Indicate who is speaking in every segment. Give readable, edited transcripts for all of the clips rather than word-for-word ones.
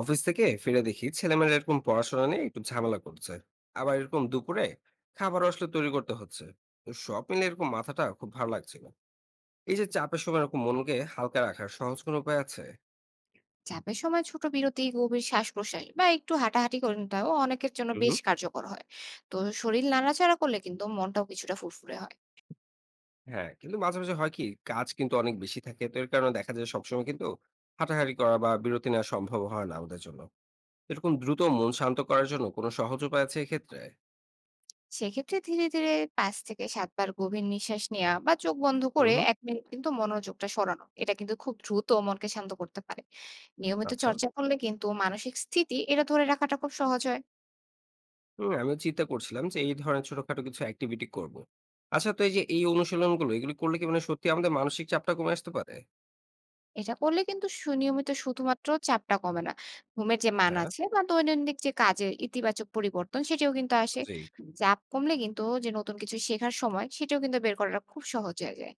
Speaker 1: Office থেকে ফিরে দেখি ছেলেমেয়েরা এরকম পড়াশোনা নিয়ে একটু ঝামেলা করছে, আবার এরকম দুপুরে খাবার আসলে তৈরি করতে হচ্ছে। তো সব মিলে এরকম মাথাটা খুব ভালো লাগছিল। এই যে চাপের সময় এরকম মনকে হালকা রাখার সহজ কোনো উপায় আছে?
Speaker 2: চাপের সময় ছোট বিরতি গভীর শ্বাস প্রশ্বাস বা একটু হাঁটাহাঁটি করে নেওয়াও অনেকের জন্য
Speaker 1: হুম
Speaker 2: বেশ
Speaker 1: হুম।
Speaker 2: কার্যকর হয়। তো শরীর নাড়াচাড়া করলে কিন্তু মনটাও কিছুটা ফুরফুরে হয়।
Speaker 1: হ্যাঁ, কিন্তু মাঝে মাঝে হয় কি, কাজ কিন্তু অনেক বেশি থাকে, তো এর কারণে দেখা যায় সবসময় কিন্তু হাঁটাহাঁটি করা বা বিরতি নেওয়া সম্ভব হয় না আমাদের জন্য। এরকম দ্রুত মন শান্ত করার জন্য কোনো সহজ উপায় আছে এক্ষেত্রে?
Speaker 2: সেক্ষেত্রে ধীরে ধীরে ৫ থেকে ৭ বার গভীর নিঃশ্বাস নেওয়া বা চোখ বন্ধ
Speaker 1: হুম
Speaker 2: করে
Speaker 1: হুম।
Speaker 2: ১ মিনিট কিন্তু মনোযোগটা সরানো এটা কিন্তু খুব দ্রুত মনকে শান্ত করতে পারে। নিয়মিত
Speaker 1: আচ্ছা।
Speaker 2: চর্চা করলে কিন্তু মানসিক স্থিতি এটা ধরে রাখাটা খুব সহজ হয়।
Speaker 1: হুম, আমিও চিন্তা করছিলাম যে এই ধরনের ছোটখাটো কিছু অ্যাক্টিভিটি করব। আচ্ছা, তো এই যে এই অনুশীলনগুলো, এগুলো করলে কি মানে সত্যি আমাদের মানসিক চাপটা কমে আসতে পারে?
Speaker 2: এটা করলে কিন্তু সুনিয়মিত শুধুমাত্র চাপটা কমে না, ঘুমের যে মান
Speaker 1: হ্যাঁ,
Speaker 2: আছে বা দৈনন্দিন যে কাজের ইতিবাচক পরিবর্তন সেটাও কিন্তু আসে।
Speaker 1: জি।
Speaker 2: চাপ কমলে কিন্তু যে নতুন কিছু শেখার সময় সেটাও কিন্তু বের করাটা খুব সহজ হয়ে যায়।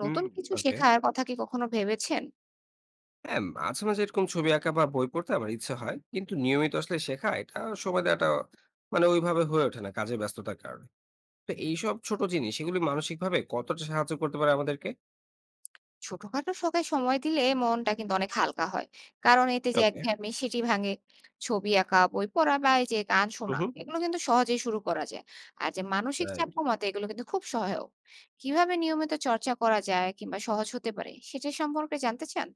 Speaker 1: হুম,
Speaker 2: নতুন কিছু
Speaker 1: ওকে।
Speaker 2: শেখার কথা কি কখনো ভেবেছেন?
Speaker 1: হ্যাঁ, মাঝে, মাঝে এরকম ছবি আঁকা বা বই পড়তে আমার ইচ্ছে হয়। কিন্তু নিয়মিত আসলে শেখা, এটা সময় দেওয়াটা মানে ওইভাবে হয়ে ওঠে না কাজের ব্যস্ততার কারণে। তো এইসব ছোট জিনিস, এগুলি মানসিকভাবে কতটা সাহায্য করতে পারে আমাদেরকে?
Speaker 2: ছোটখাটো শখে সময় দিলে মনটা কিন্তু অনেক হালকা হয়। কারণ এতে যে
Speaker 1: ওকে।
Speaker 2: একঘেয়েমি সেটি ভাঙে। ছবি আঁকা, বই পড়া বা এই যে গান
Speaker 1: হুম,
Speaker 2: শোনা
Speaker 1: হুম।
Speaker 2: এগুলো কিন্তু সহজেই শুরু করা যায়। আর যে মানসিক চাপ
Speaker 1: রাইট।
Speaker 2: কমাতে এগুলো কিন্তু খুব সহায়ক। কিভাবে নিয়মিত চর্চা করা যায় কিংবা সহজ হতে পারে সেটা সম্পর্কে জানতে চান?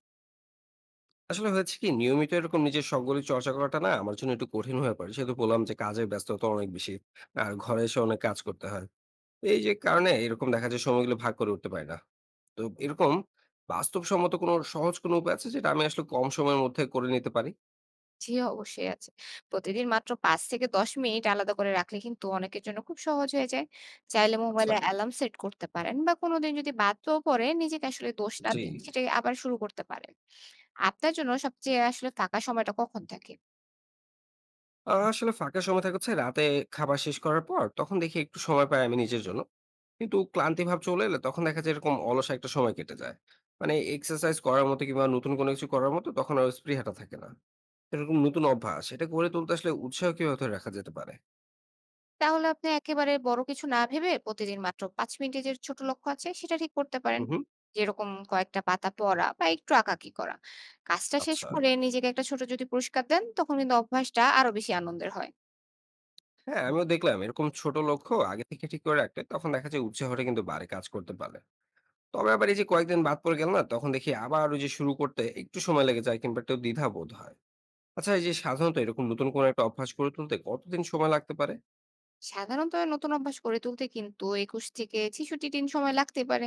Speaker 1: আসলে হয়েছে কি, নিয়মিত এরকম নিজের শখগুলি চর্চা করাটা না আমার জন্য একটু কঠিন হয়ে পড়ে, সেহেতু বললাম যে কাজের ব্যস্ততা অনেক বেশি, আর ঘরে এসে অনেক কাজ করতে হয়। তো এই যে কারণে এরকম দেখা যায় সময়গুলো ভাগ করে উঠতে পারি না। তো এরকম বাস্তবসম্মত কোনো সহজ কোনো উপায় আছে যেটা আমি আসলে কম সময়ের মধ্যে করে নিতে পারি?
Speaker 2: জি অবশ্যই আছে। প্রতিদিন মাত্র ৫ থেকে ১০ মিনিট আলাদা করে রাখলে কিন্তু অনেকের জন্য খুব সহজ হয়ে যায়। চাইলে
Speaker 1: আচ্ছা।
Speaker 2: মোবাইলে অ্যালার্ম সেট করতে পারেন বা কোনদিন যদি বাদও পড়ে নিজেকে আসলে দোষ না
Speaker 1: জি।
Speaker 2: দিয়ে সেটাকে আবার শুরু করতে পারেন। আপনার জন্য সবচেয়ে আসলে ফাঁকা সময়টা কখন থাকে?
Speaker 1: আসলে ফাঁকা সময় থাকে হচ্ছে রাতে, খাবার শেষ করার পর। তখন দেখি একটু সময় পাই আমি নিজের জন্য, কিন্তু ক্লান্তি ভাব চলে এলে তখন দেখা যায় এরকম অলস একটা সময় কেটে যায়। মানে এক্সারসাইজ করার মতো কিংবা নতুন কোনো কিছু করার মতো তখন আর স্পৃহাটা থাকে না। এরকম নতুন অভ্যাস, এটা গড়ে তুলতে আসলে উৎসাহ কিভাবে ধরে রাখা যেতে পারে?
Speaker 2: তাহলে আপনি একেবারে বড় কিছু না ভেবে প্রতিদিন মাত্র ৫ মিনিটের যে ছোট লক্ষ্য আছে সেটা ঠিক করতে পারেন।
Speaker 1: হুম হুম।
Speaker 2: যেরকম কয়েকটা পাতা পড়া বা একটু আঁকাআঁকি করা। কাজটা শেষ
Speaker 1: আচ্ছা।
Speaker 2: করে নিজেকে একটা ছোট যদি পুরস্কার দেন তখন কিন্তু অভ্যাসটা আরো বেশি আনন্দের হয়।
Speaker 1: হ্যাঁ, আমিও দেখলাম এরকম ছোট লক্ষ্য আগে থেকে ঠিক করে রাখলে তখন দেখা যায় উৎসাহটা কিন্তু বাড়ে, কাজ করতে পারে। তবে আবার এই যে কয়েকদিন বাদ পড়ে গেল না, তখন দেখি আবার ওই যে শুরু করতে একটু সময় লেগে যায় কিংবা একটু দ্বিধা বোধ হয়। আচ্ছা, এই যে সাধারণত এরকম নতুন কোনো একটা অভ্যাস গড়ে তুলতে কতদিন সময় লাগতে পারে?
Speaker 2: সাধারণত নতুন অভ্যাস গড়ে তুলতে কিন্তু ২১ থেকে ৬৬ দিন সময় লাগতে পারে।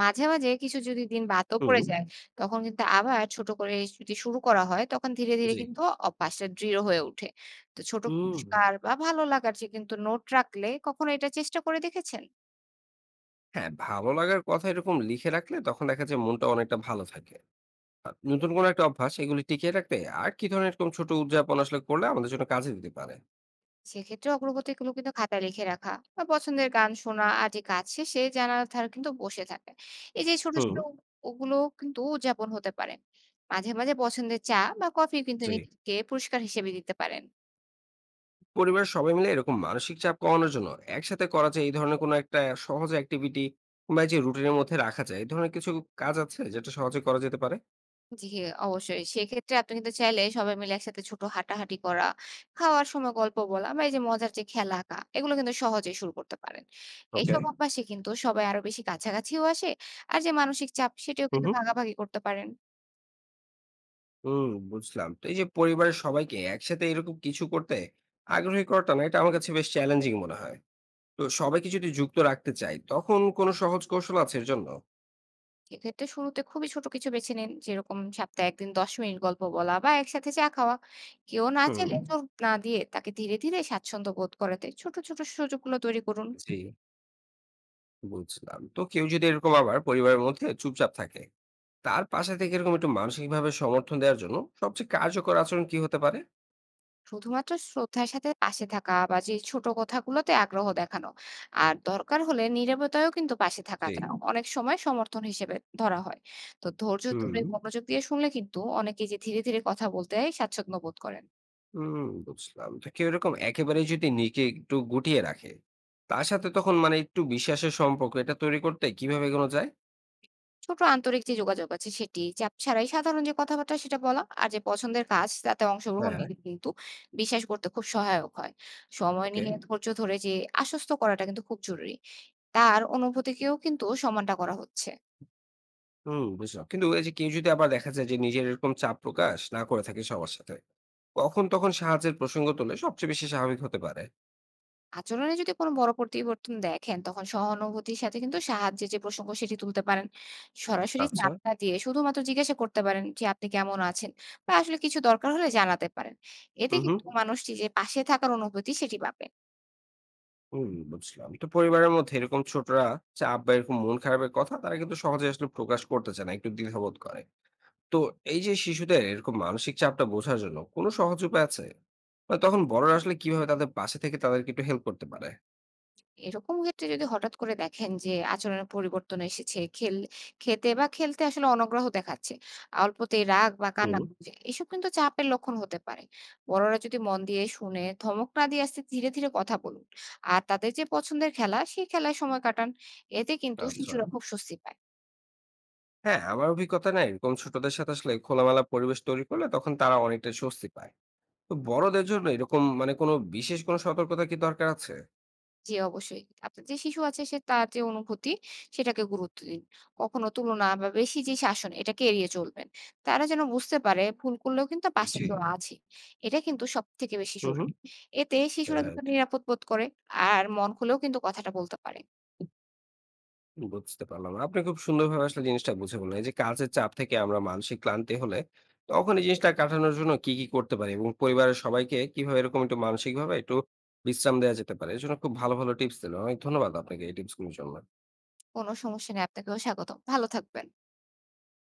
Speaker 2: মাঝে, মাঝে কিছু যদি দিন বাদও
Speaker 1: হুম।
Speaker 2: পড়ে যায়, তখন কিন্তু আবার ছোট করে যদি শুরু করা হয়, তখন ধীরে, ধীরে
Speaker 1: জি।
Speaker 2: কিন্তু অভ্যাসটা দৃঢ় হয়ে ওঠে। তো ছোট
Speaker 1: হুম।
Speaker 2: পুরস্কার বা ভালো লাগার যে কিন্তু নোট রাখলে কখনো এটা চেষ্টা করে দেখেছেন?
Speaker 1: হ্যাঁ, ভালো লাগার কথা এরকম লিখে রাখলে তখন দেখা যায় মনটা অনেকটা ভালো থাকে। নতুন কোনো একটা অভ্যাস, এগুলি টিকিয়ে রাখতে আর কি ধরনের এরকম ছোট উদযাপন আসলে করলে আমাদের জন্য কাজে দিতে পারে?
Speaker 2: সেক্ষেত্রে অগ্রগতিগুলো কিন্তু খাতায় লিখে রাখা বা পছন্দের গান শোনা আর যে কাজ শেষে জানালার ধারে কিন্তু বসে থাকে এই যে ছোট ছোট
Speaker 1: হুম।
Speaker 2: হুম। ওগুলো কিন্তু উদযাপন হতে পারে। মাঝে মাঝে পছন্দের চা বা কফি কিন্তু
Speaker 1: জি।
Speaker 2: নিজেকে পুরস্কার হিসেবে দিতে পারেন।
Speaker 1: পরিবারের সবাই মিলে এরকম মানসিক চাপ কমানোর জন্য একসাথে করা যায় এই ধরনের কোনো একটা সহজ অ্যাক্টিভিটি বা যে রুটিনের মধ্যে রাখা যায় এই ধরনের কিছু কাজ আছে যেটা সহজে করা যেতে পারে?
Speaker 2: জি অবশ্যই। সেক্ষেত্রে আপনি কিন্তু চাইলে সবাই মিলে একসাথে ছোট হাঁটাহাঁটি করা, খাওয়ার সময় গল্প বলা বা এই যে মজার যে খেলা আঁকা এগুলো কিন্তু সহজেই শুরু করতে পারেন।
Speaker 1: ওকে।
Speaker 2: এইসব অভ্যাসে কিন্তু সবাই আরো বেশি কাছাকাছিও আসে। আর যে মানসিক চাপ সেটিও
Speaker 1: হুম
Speaker 2: কিন্তু
Speaker 1: হুম।
Speaker 2: ভাগাভাগি করতে পারেন।
Speaker 1: হুম, বুঝলাম। তো এই যে পরিবারের সবাইকে একসাথে এরকম কিছু করতে আগ্রহী করাটা না, এটা আমার কাছে বেশ চ্যালেঞ্জিং মনে হয়। তো সবাইকে যদি যুক্ত রাখতে চাই, তখন কোনো সহজ কৌশল আছে এর জন্য?
Speaker 2: এক্ষেত্রে শুরুতে খুবই ছোট কিছু বেছে নিন, যেরকম সপ্তাহে একদিন ১০ মিনিট গল্প বলা বা একসাথে চা খাওয়া। কেউ না
Speaker 1: হুম।
Speaker 2: চাইলে জোর না দিয়ে তাকে ধীরে ধীরে স্বাচ্ছন্দ্য বোধ করাতে ছোট ছোট সুযোগগুলো তৈরি করুন।
Speaker 1: জি। বুঝলাম। তো কেউ যদি এরকম আবার পরিবারের মধ্যে চুপচাপ থাকে, তার পাশে থেকে এরকম একটু মানসিকভাবে সমর্থন দেওয়ার জন্য সবচেয়ে কার্যকর আচরণ কি হতে পারে?
Speaker 2: শুধুমাত্র শ্রদ্ধার সাথে পাশে থাকা বা যে ছোট কথাগুলোতে আগ্রহ দেখানো, আর দরকার হলে নীরবতায়ও কিন্তু পাশে থাকা
Speaker 1: জি।
Speaker 2: যায় অনেক সময় সমর্থন হিসেবে ধরা হয়। তো ধৈর্য ধরে
Speaker 1: হুম,
Speaker 2: মনোযোগ দিয়ে শুনলে কিন্তু অনেকেই যে ধীরে ধীরে কথা বলতে স্বাচ্ছন্দ্য বোধ করেন।
Speaker 1: হুম, বুঝলাম। তো কেউ এরকম একেবারেই যদি নিজেকে একটু গুটিয়ে রাখে, তার সাথে তখন মানে একটু বিশ্বাসের সম্পর্ক, এটা তৈরি করতে কিভাবে এগোনো যায়?
Speaker 2: ছোট আন্তরিক যে যোগাযোগ আছে সেটি, চাপ ছাড়াই সাধারণ যে কথাবার্তা সেটা বলা আর যে পছন্দের কাজ তাতে অংশগ্রহণ
Speaker 1: হ্যাঁ,
Speaker 2: নিলে কিন্তু বিশ্বাস করতে খুব সহায়ক হয়। সময়
Speaker 1: ওকে।
Speaker 2: নিয়ে ধৈর্য ধরে যে আশ্বস্ত করাটা কিন্তু খুব জরুরি। তার অনুভূতিকেও কিন্তু সম্মানটা করা হচ্ছে।
Speaker 1: হুম, বুঝলাম। কিন্তু এই যে কেউ যদি আবার দেখা যায় যে নিজের এরকম চাপ প্রকাশ না করে থাকে সবার সাথে, কখন তখন সাহায্যের প্রসঙ্গ তুললে সবচেয়ে বেশি স্বাভাবিক হতে পারে?
Speaker 2: আচরণে যদি কোনো বড় পরিবর্তন দেখেন তখন সহানুভূতির সাথে কিন্তু সাহায্যের যে প্রসঙ্গ সেটি তুলতে পারেন। সরাসরি
Speaker 1: আচ্ছা।
Speaker 2: চাপ না দিয়ে শুধুমাত্র জিজ্ঞাসা করতে পারেন যে আপনি কেমন আছেন বা আসলে কিছু দরকার হলে জানাতে পারেন। এতে
Speaker 1: হুম, হুম।
Speaker 2: কিন্তু মানুষটি যে পাশে থাকার অনুভূতি সেটি পাবে।
Speaker 1: হুম, বুঝলাম। তো পরিবারের মধ্যে এরকম ছোটরা চাপ বা এরকম মন খারাপের কথা তারা কিন্তু সহজে আসলে প্রকাশ করতে চায় না, একটু দ্বিধাবোধ করে। তো এই যে শিশুদের এরকম মানসিক চাপটা বোঝার জন্য কোনো সহজ উপায় আছে? মানে তখন বড়রা আসলে কিভাবে তাদের পাশে থেকে তাদেরকে একটু হেল্প করতে পারে?
Speaker 2: এরকম ক্ষেত্রে যদি হঠাৎ করে দেখেন যে আচরণের পরিবর্তন এসেছে, খেতে বা খেলতে আসলে অনগ্রহ দেখাচ্ছে, অল্পতেই রাগ বা
Speaker 1: হুম।
Speaker 2: কান্নাকাটি এসব কিন্তু চাপের লক্ষণ হতে পারে। বড়রা যদি মন দিয়ে শুনে ধমক না দিয়ে আস্তে ধীরে, ধীরে কথা বলুন। আর তাদের যে পছন্দের খেলা, সেই খেলায় সময় কাটান। এতে কিন্তু
Speaker 1: আচ্ছা।
Speaker 2: শিশুরা খুব স্বস্তি পায়।
Speaker 1: হ্যাঁ, আমার অভিজ্ঞতা না, এরকম ছোটদের সাথে আসলে খোলামেলা পরিবেশ তৈরি করলে তখন তারা অনেকটা স্বস্তি পায়। তো বড়দের জন্য এরকম মানে কোনো বিশেষ কোনো সতর্কতা কি দরকার আছে?
Speaker 2: জি, অবশ্যই। আপনার যে শিশু আছে সে তার যে অনুভূতি সেটাকে গুরুত্ব দিন। কখনো তুলনা বা বেশি যে শাসন এটাকে এড়িয়ে চলবেন। তারা যেন বুঝতে পারে ভুল করলেও কিন্তু পাশে
Speaker 1: জি।
Speaker 2: কেউ আছে। এটা কিন্তু সবথেকে বেশি
Speaker 1: হুম, হুম।
Speaker 2: জরুরি। এতে শিশুরা
Speaker 1: হ্যাঁ।
Speaker 2: কিন্তু নিরাপদ বোধ করে। আর মন খুলেও কিন্তু কথাটা বলতে পারে।
Speaker 1: বুঝতে পারলাম। আপনি খুব সুন্দরভাবে আসলে জিনিসটা বুঝে বললেন। এই যে কাজের চাপ থেকে আমরা মানসিক ক্লান্তি হলে, তখন এই জিনিসটা কাটানোর জন্য কি, কি করতে পারি? এবং পরিবারের সবাইকে কিভাবে এরকম একটু মানসিকভাবে একটু বিশ্রাম দেয়া যেতে পারে? এজন্য খুব ভালো, ভালো টিপস দিলেন। অনেক ধন্যবাদ আপনাকে এই টিপসগুলোর জন্য।
Speaker 2: কোনো সমস্যা নেই। আপনাকেও স্বাগতম। ভালো থাকবেন।